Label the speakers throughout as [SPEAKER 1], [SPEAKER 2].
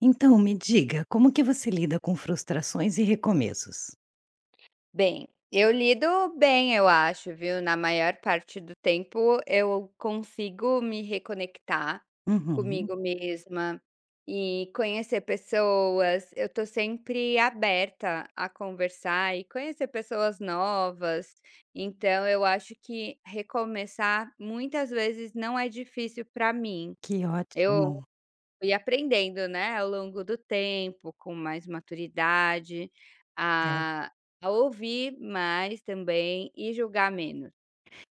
[SPEAKER 1] Então me diga, como que você lida com frustrações e recomeços?
[SPEAKER 2] Bem, eu lido bem, eu acho, viu. Na maior parte do tempo eu consigo me reconectar
[SPEAKER 1] Uhum,
[SPEAKER 2] comigo mesma e conhecer pessoas. Eu tô sempre aberta a conversar e conhecer pessoas novas. Então eu acho que recomeçar muitas vezes não é difícil para mim.
[SPEAKER 1] que
[SPEAKER 2] Eu
[SPEAKER 1] ótimo.
[SPEAKER 2] Fui aprendendo, né, ao longo do tempo, com mais maturidade,
[SPEAKER 1] É.
[SPEAKER 2] a a ouvir mais também e julgar menos.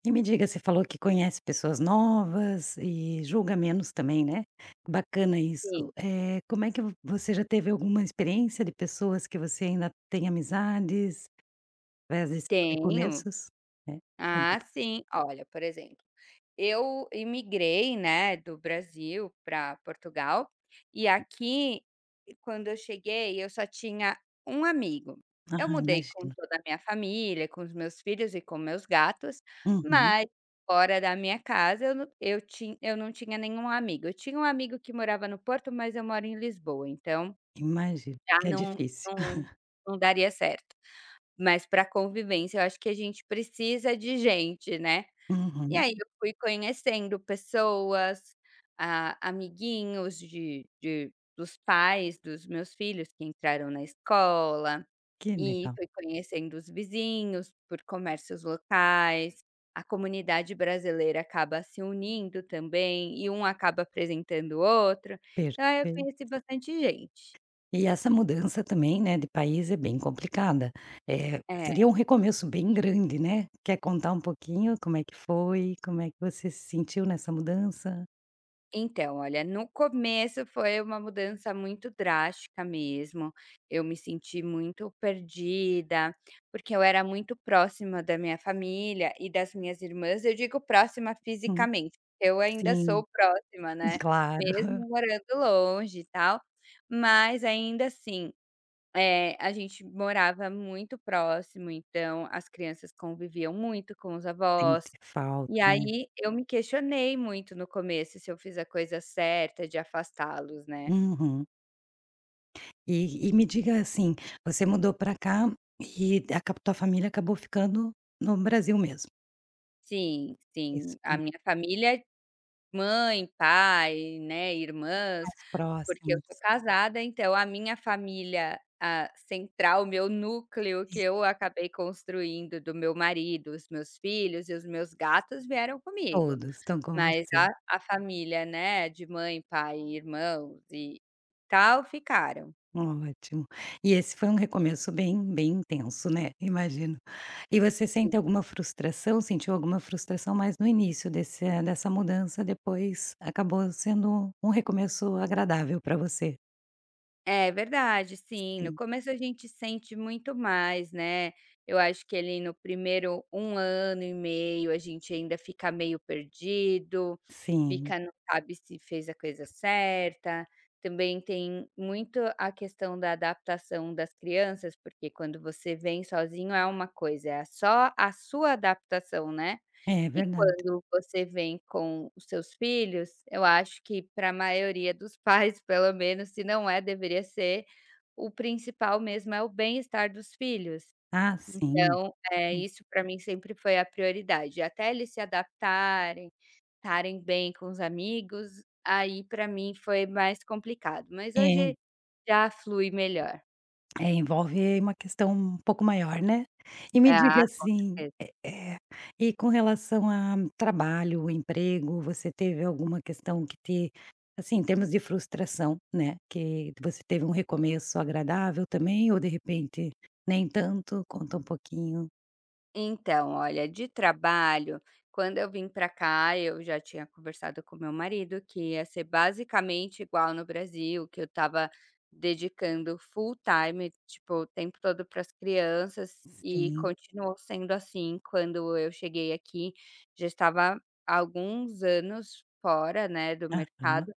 [SPEAKER 1] E me diga, você falou que conhece pessoas novas e julga menos também, né, bacana
[SPEAKER 2] Sim,
[SPEAKER 1] isso. Como é que vo você já teve alguma experiência de pessoas que você ainda tem amizades, através desses
[SPEAKER 2] tenho.
[SPEAKER 1] recomeços? É, conta um
[SPEAKER 2] Ah,
[SPEAKER 1] po
[SPEAKER 2] sim. Olha, por exemplo, eu imigrei, né, do Brasil para Portugal, e aqui, quando eu cheguei, eu só tinha um amigo. Eu
[SPEAKER 1] aham,
[SPEAKER 2] mudei com
[SPEAKER 1] imagino.
[SPEAKER 2] toda a minha família, com os meus filhos e com meus gatos,
[SPEAKER 1] Uhum,
[SPEAKER 2] mas fora da minha casa eu não tinha nenhum amigo. Eu tinha um amigo que morava no Porto, mas eu moro em Lisboa, então
[SPEAKER 1] imagino,
[SPEAKER 2] já
[SPEAKER 1] que é
[SPEAKER 2] não
[SPEAKER 1] difícil.
[SPEAKER 2] não não daria certo. Mas para convivência, eu acho que a gente precisa de gente, né. E
[SPEAKER 1] Uhum,
[SPEAKER 2] aí eu fui conhecendo pessoas, amiguinhos de dos pais dos meus filhos que entraram na escola,
[SPEAKER 1] que
[SPEAKER 2] e
[SPEAKER 1] legal,
[SPEAKER 2] fui conhecendo os vizinhos por comércios locais. A comunidade brasileira acaba se unindo também, e um acaba apresentando o outro, então aí eu
[SPEAKER 1] perfeito.
[SPEAKER 2] conheci bastante gente.
[SPEAKER 1] E essa mudança também, né, de país é bem complicada.
[SPEAKER 2] É.
[SPEAKER 1] Seria um recomeço bem grande, né. Quer contar um pouquinho como é que foi? Como é que você se sentiu nessa mudança?
[SPEAKER 2] Então, olha, no começo foi uma mudança muito drástica mesmo. Eu me senti muito perdida, porque eu era muito próxima da minha família e das minhas irmãs. Eu digo próxima
[SPEAKER 1] Hum,
[SPEAKER 2] fisicamente, eu ainda
[SPEAKER 1] sim,
[SPEAKER 2] sou próxima, né?
[SPEAKER 1] claro,
[SPEAKER 2] Mesmo morando longe e tal. Mas ainda assim, a gente morava muito próximo, então as crianças conviviam muito com os
[SPEAKER 1] sente
[SPEAKER 2] avós.
[SPEAKER 1] falta,
[SPEAKER 2] E
[SPEAKER 1] né.
[SPEAKER 2] aí eu me questionei muito no começo se eu fiz a coisa certa de afastá-los, né.
[SPEAKER 1] Uhum. E me diga assim, você mudou para cá e acab tua família acabou ficando no Brasil mesmo?
[SPEAKER 2] Sim, sim,
[SPEAKER 1] Isso,
[SPEAKER 2] a minha família, mãe, pai, né, irmãs,
[SPEAKER 1] mais
[SPEAKER 2] porque eu sou
[SPEAKER 1] próximos.
[SPEAKER 2] casada, então a minha família, central, o meu núcleo que
[SPEAKER 1] E
[SPEAKER 2] eu acabei construindo do meu marido, os meus filhos e os meus gatos vieram comigo.
[SPEAKER 1] todos estão com
[SPEAKER 2] Mas
[SPEAKER 1] você.
[SPEAKER 2] a família, né, de mãe, pai, irmãos e tal, ficaram.
[SPEAKER 1] Ótimo. E esse foi um recomeço bem intenso, né, imagino. E você sente alguma frustração, sentiu alguma frustração mais no início desse dessa mudança, depois acabou sendo um recomeço agradável para você?
[SPEAKER 2] É verdade, sim. No
[SPEAKER 1] Sim,
[SPEAKER 2] começo a gente sente muito mais, né. Eu acho que ali no primeiro um ano e meio a gente ainda fica meio perdido,
[SPEAKER 1] sim,
[SPEAKER 2] fica, não sabe se fez a coisa certa. Também tem muito a questão da adaptação das crianças, porque quando você vem sozinho é uma coisa, é só a sua adaptação, né.
[SPEAKER 1] é
[SPEAKER 2] E
[SPEAKER 1] verdade.
[SPEAKER 2] quando você vem com os seus filhos, eu acho que para a maioria dos pais, pelo menos, se não é, deveria ser, o principal mesmo é o bem-estar dos filhos.
[SPEAKER 1] Ah, sim.
[SPEAKER 2] Então, é isso, para mim sempre foi a prioridade. Até eles se adaptarem, estarem bem com os amigos, aí para mim foi mais complicado, mas
[SPEAKER 1] É.
[SPEAKER 2] hoje já flui melhor.
[SPEAKER 1] É, envolve uma questão um pouco maior, né. E me
[SPEAKER 2] Ah,
[SPEAKER 1] diga
[SPEAKER 2] com
[SPEAKER 1] assim,
[SPEAKER 2] certeza.
[SPEAKER 1] e com relação a trabalho, emprego, você teve alguma questão que te assim, em termos de frustração, né, que você teve um recomeço agradável também ou de repente nem tanto? Conta um pouquinho.
[SPEAKER 2] Então, olha, de trabalho, quando eu vim para cá, eu já tinha conversado com meu marido que ia ser basicamente igual no Brasil, que eu estava dedicando full time, tipo, o tempo todo para as crianças, e
[SPEAKER 1] Sim.
[SPEAKER 2] continuou sendo assim. Quando eu cheguei aqui, já estava há alguns anos fora, né, do
[SPEAKER 1] Aham.
[SPEAKER 2] mercado,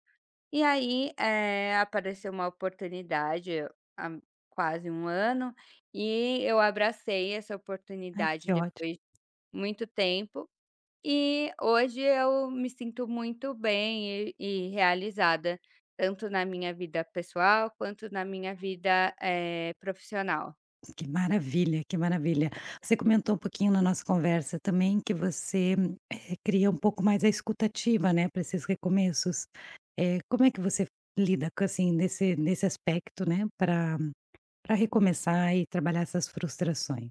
[SPEAKER 2] e aí, apareceu uma oportunidade há quase um ano, e eu abracei essa
[SPEAKER 1] Ai,
[SPEAKER 2] oportunidade
[SPEAKER 1] que ótimo.
[SPEAKER 2] depois de muito tempo, e hoje eu me sinto muito bem e realizada, tanto na minha vida pessoal quanto na minha vida, profissional.
[SPEAKER 1] Que maravilha, que maravilha. Você comentou um pouquinho na nossa conversa também que você cria um pouco mais a escutativa, né, para esses recomeços. Como é que você lida com assim nesse aspecto, né, para recomeçar e trabalhar essas frustrações?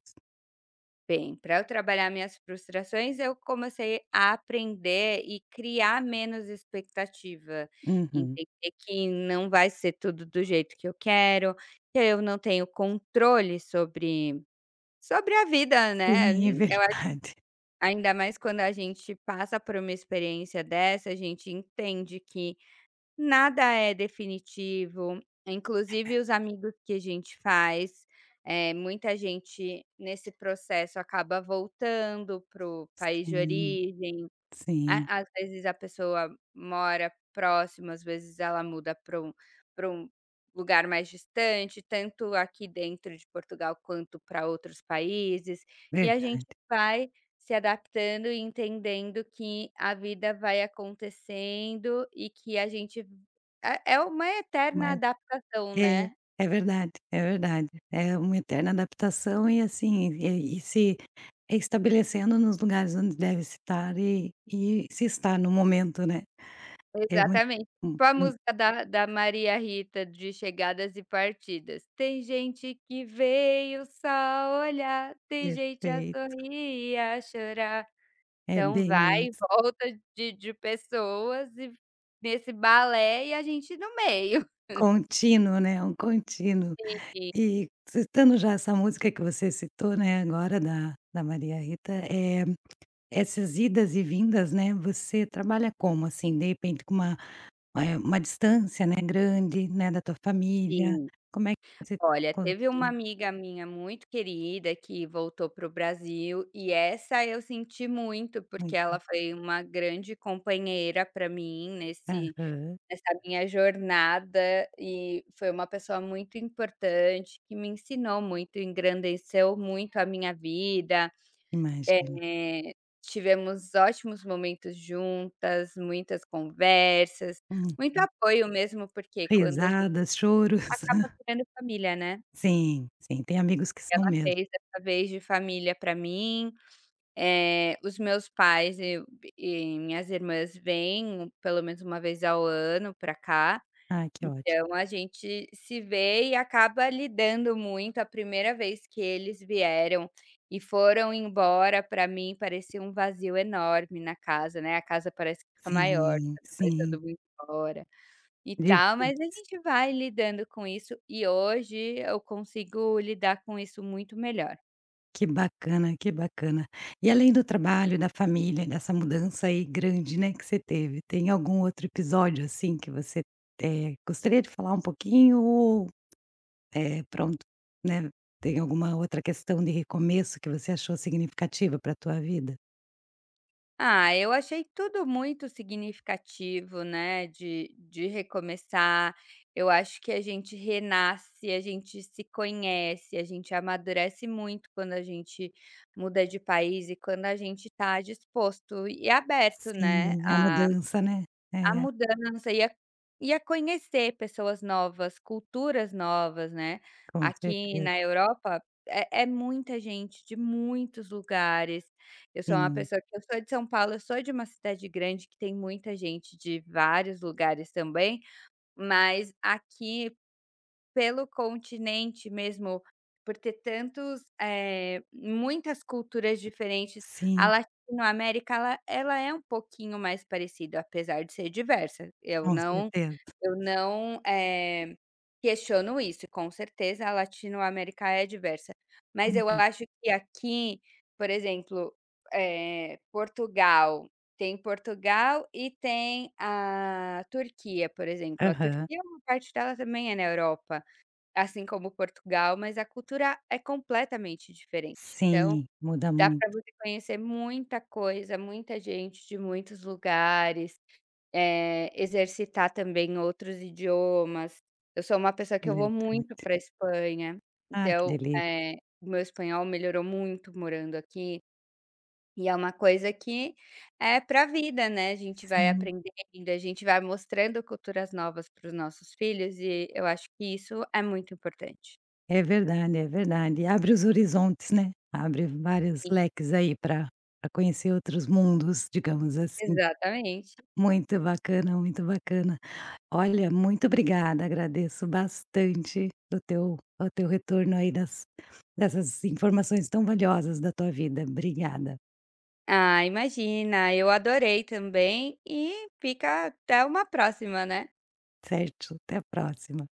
[SPEAKER 2] Bem, para eu trabalhar minhas frustrações, eu comecei a aprender e criar menos expectativa.
[SPEAKER 1] Uhum.
[SPEAKER 2] Entender que não vai ser tudo do jeito que eu quero, que eu não tenho controle sobre a vida, né.
[SPEAKER 1] Sim, é
[SPEAKER 2] Nem eu a
[SPEAKER 1] verdade.
[SPEAKER 2] Ainda mais quando a gente passa por uma experiência dessa, a gente entende que nada é definitivo, inclusive os amigos que a gente faz. Eh, muita gente nesse processo acaba voltando para o país de
[SPEAKER 1] Sim,
[SPEAKER 2] origem.
[SPEAKER 1] sim,
[SPEAKER 2] A às vezes a pessoa mora próximo, às vezes ela muda para um lugar mais distante, tanto aqui dentro de Portugal quanto para outros países, e a gente
[SPEAKER 1] verdade.
[SPEAKER 2] vai se adaptando e entendendo que a vida vai acontecendo e que a gente é uma eterna
[SPEAKER 1] Mas
[SPEAKER 2] adaptação,
[SPEAKER 1] é,
[SPEAKER 2] né?
[SPEAKER 1] é verdade, é verdade. É uma eterna adaptação e assim, e se é estabelecendo nos lugares onde deve se estar e se estar no momento, né. É muito
[SPEAKER 2] Exatamente. Tipo a
[SPEAKER 1] muito
[SPEAKER 2] música da Maria Rita, de Chegadas e Partidas. Tem gente que veio só olhar, tem gente a
[SPEAKER 1] perfeito.
[SPEAKER 2] sorrir e a chorar.
[SPEAKER 1] É
[SPEAKER 2] Então
[SPEAKER 1] bem
[SPEAKER 2] vai e
[SPEAKER 1] isso.
[SPEAKER 2] volta de pessoas e nesse balé, e a gente no meio.
[SPEAKER 1] Contínuo, né, um contínuo.
[SPEAKER 2] Sim,
[SPEAKER 1] E citando já essa música que você citou, né, agora da Maria Rita, é essas idas e vindas, né, você trabalha como, assim? De repente com uma, uma distância, né, grande, né, da tua família,
[SPEAKER 2] sim.
[SPEAKER 1] como é que você
[SPEAKER 2] Olha, teve uma
[SPEAKER 1] costuma?
[SPEAKER 2] amiga minha muito querida que voltou para o Brasil e essa eu senti muito, porque ela foi uma grande companheira para mim nesse
[SPEAKER 1] Aham,
[SPEAKER 2] Nessa minha jornada, e foi uma pessoa muito importante que me ensinou muito, engrandeceu muito a minha vida.
[SPEAKER 1] imagino.
[SPEAKER 2] Eh, tivemos ótimos momentos juntas, muitas conversas,
[SPEAKER 1] Hum.
[SPEAKER 2] muito apoio mesmo, porque quando a gente
[SPEAKER 1] Risadas, choros.
[SPEAKER 2] acaba virando família, né.
[SPEAKER 1] Sim, sim, tem amigos que são
[SPEAKER 2] Ela
[SPEAKER 1] mesmo.
[SPEAKER 2] fez essa vez de família para mim. Eh, os meus pais e minhas irmãs vêm pelo menos uma vez ao ano para cá.
[SPEAKER 1] Ai, que ótimo.
[SPEAKER 2] Então a gente se vê e acaba lidando muito. A primeira vez que eles vieram e foram embora, para mim parecia um vazio enorme na casa, né, a casa parece que fica maior
[SPEAKER 1] Sim,
[SPEAKER 2] quando vai
[SPEAKER 1] sim.
[SPEAKER 2] todo mundo embora e
[SPEAKER 1] De
[SPEAKER 2] tal, mas a gente vai lidando com isso e hoje eu consigo lidar com isso muito melhor.
[SPEAKER 1] que bacana, que bacana. E além do trabalho, da família, dessa mudança aí grande, né, que você teve, tem algum outro episódio, assim, que você, gostaria de falar um pouquinho ou, pronto, né, tem alguma outra questão de recomeço que você achou significativa para a tua vida?
[SPEAKER 2] Ah, eu achei tudo muito significativo, né, de recomeçar. Eu acho que a gente renasce, a gente se conhece, a gente amadurece muito quando a gente muda de país e quando a gente está disposto e aberto, né,
[SPEAKER 1] Sim, a mudança, né.
[SPEAKER 2] a
[SPEAKER 1] É,
[SPEAKER 2] mudança, ia conhecer pessoas novas, culturas novas, né.
[SPEAKER 1] com
[SPEAKER 2] Aqui
[SPEAKER 1] certeza.
[SPEAKER 2] na Europa é muita gente de muitos lugares. Eu sou uma
[SPEAKER 1] Sim,
[SPEAKER 2] pessoa que eu sou de São Paulo, eu sou de uma cidade grande que tem muita gente de vários lugares também, mas aqui pelo continente mesmo, por ter tantos, muitas culturas diferentes, a
[SPEAKER 1] sim.
[SPEAKER 2] Latinoamérica ela é um pouquinho mais parecida, apesar de ser diversa. Eu
[SPEAKER 1] Com
[SPEAKER 2] não
[SPEAKER 1] certeza.
[SPEAKER 2] eu não, eh, questiono isso. Com certeza a Latinoamérica é diversa, mas eu
[SPEAKER 1] Uhum.
[SPEAKER 2] acho que aqui, por exemplo, Portugal, tem Portugal e tem a Turquia, por exemplo. A
[SPEAKER 1] Aham.
[SPEAKER 2] Turquia, uma parte dela também é na Europa. Assim como Portugal, mas a cultura é completamente diferente. Então,
[SPEAKER 1] Sim, muda
[SPEAKER 2] dá para
[SPEAKER 1] muito,
[SPEAKER 2] você conhecer muita coisa, muita gente de muitos lugares, exercitar também outros idiomas. Eu sou uma pessoa que eu vou muito
[SPEAKER 1] verdade.
[SPEAKER 2] para Espanha,
[SPEAKER 1] Ah, que
[SPEAKER 2] então,
[SPEAKER 1] delícia.
[SPEAKER 2] o meu espanhol melhorou muito morando aqui, e é uma coisa que é para a vida, né, a gente vai
[SPEAKER 1] Sim,
[SPEAKER 2] aprendendo, a gente vai mostrando culturas novas para os nossos filhos e eu acho que isso é muito importante.
[SPEAKER 1] é verdade, é verdade. Abre os horizontes, né, abre vários leques aí para pra conhecer outros mundos, digamos assim.
[SPEAKER 2] Exatamente.
[SPEAKER 1] Muito bacana, muito bacana. Olha, muito obrigada, agradeço bastante o teu retorno aí das dessas informações tão valiosas da tua vida. Obrigada,
[SPEAKER 2] Ah, imagina, eu adorei também e fica até uma próxima, né.
[SPEAKER 1] certo? Até a próxima.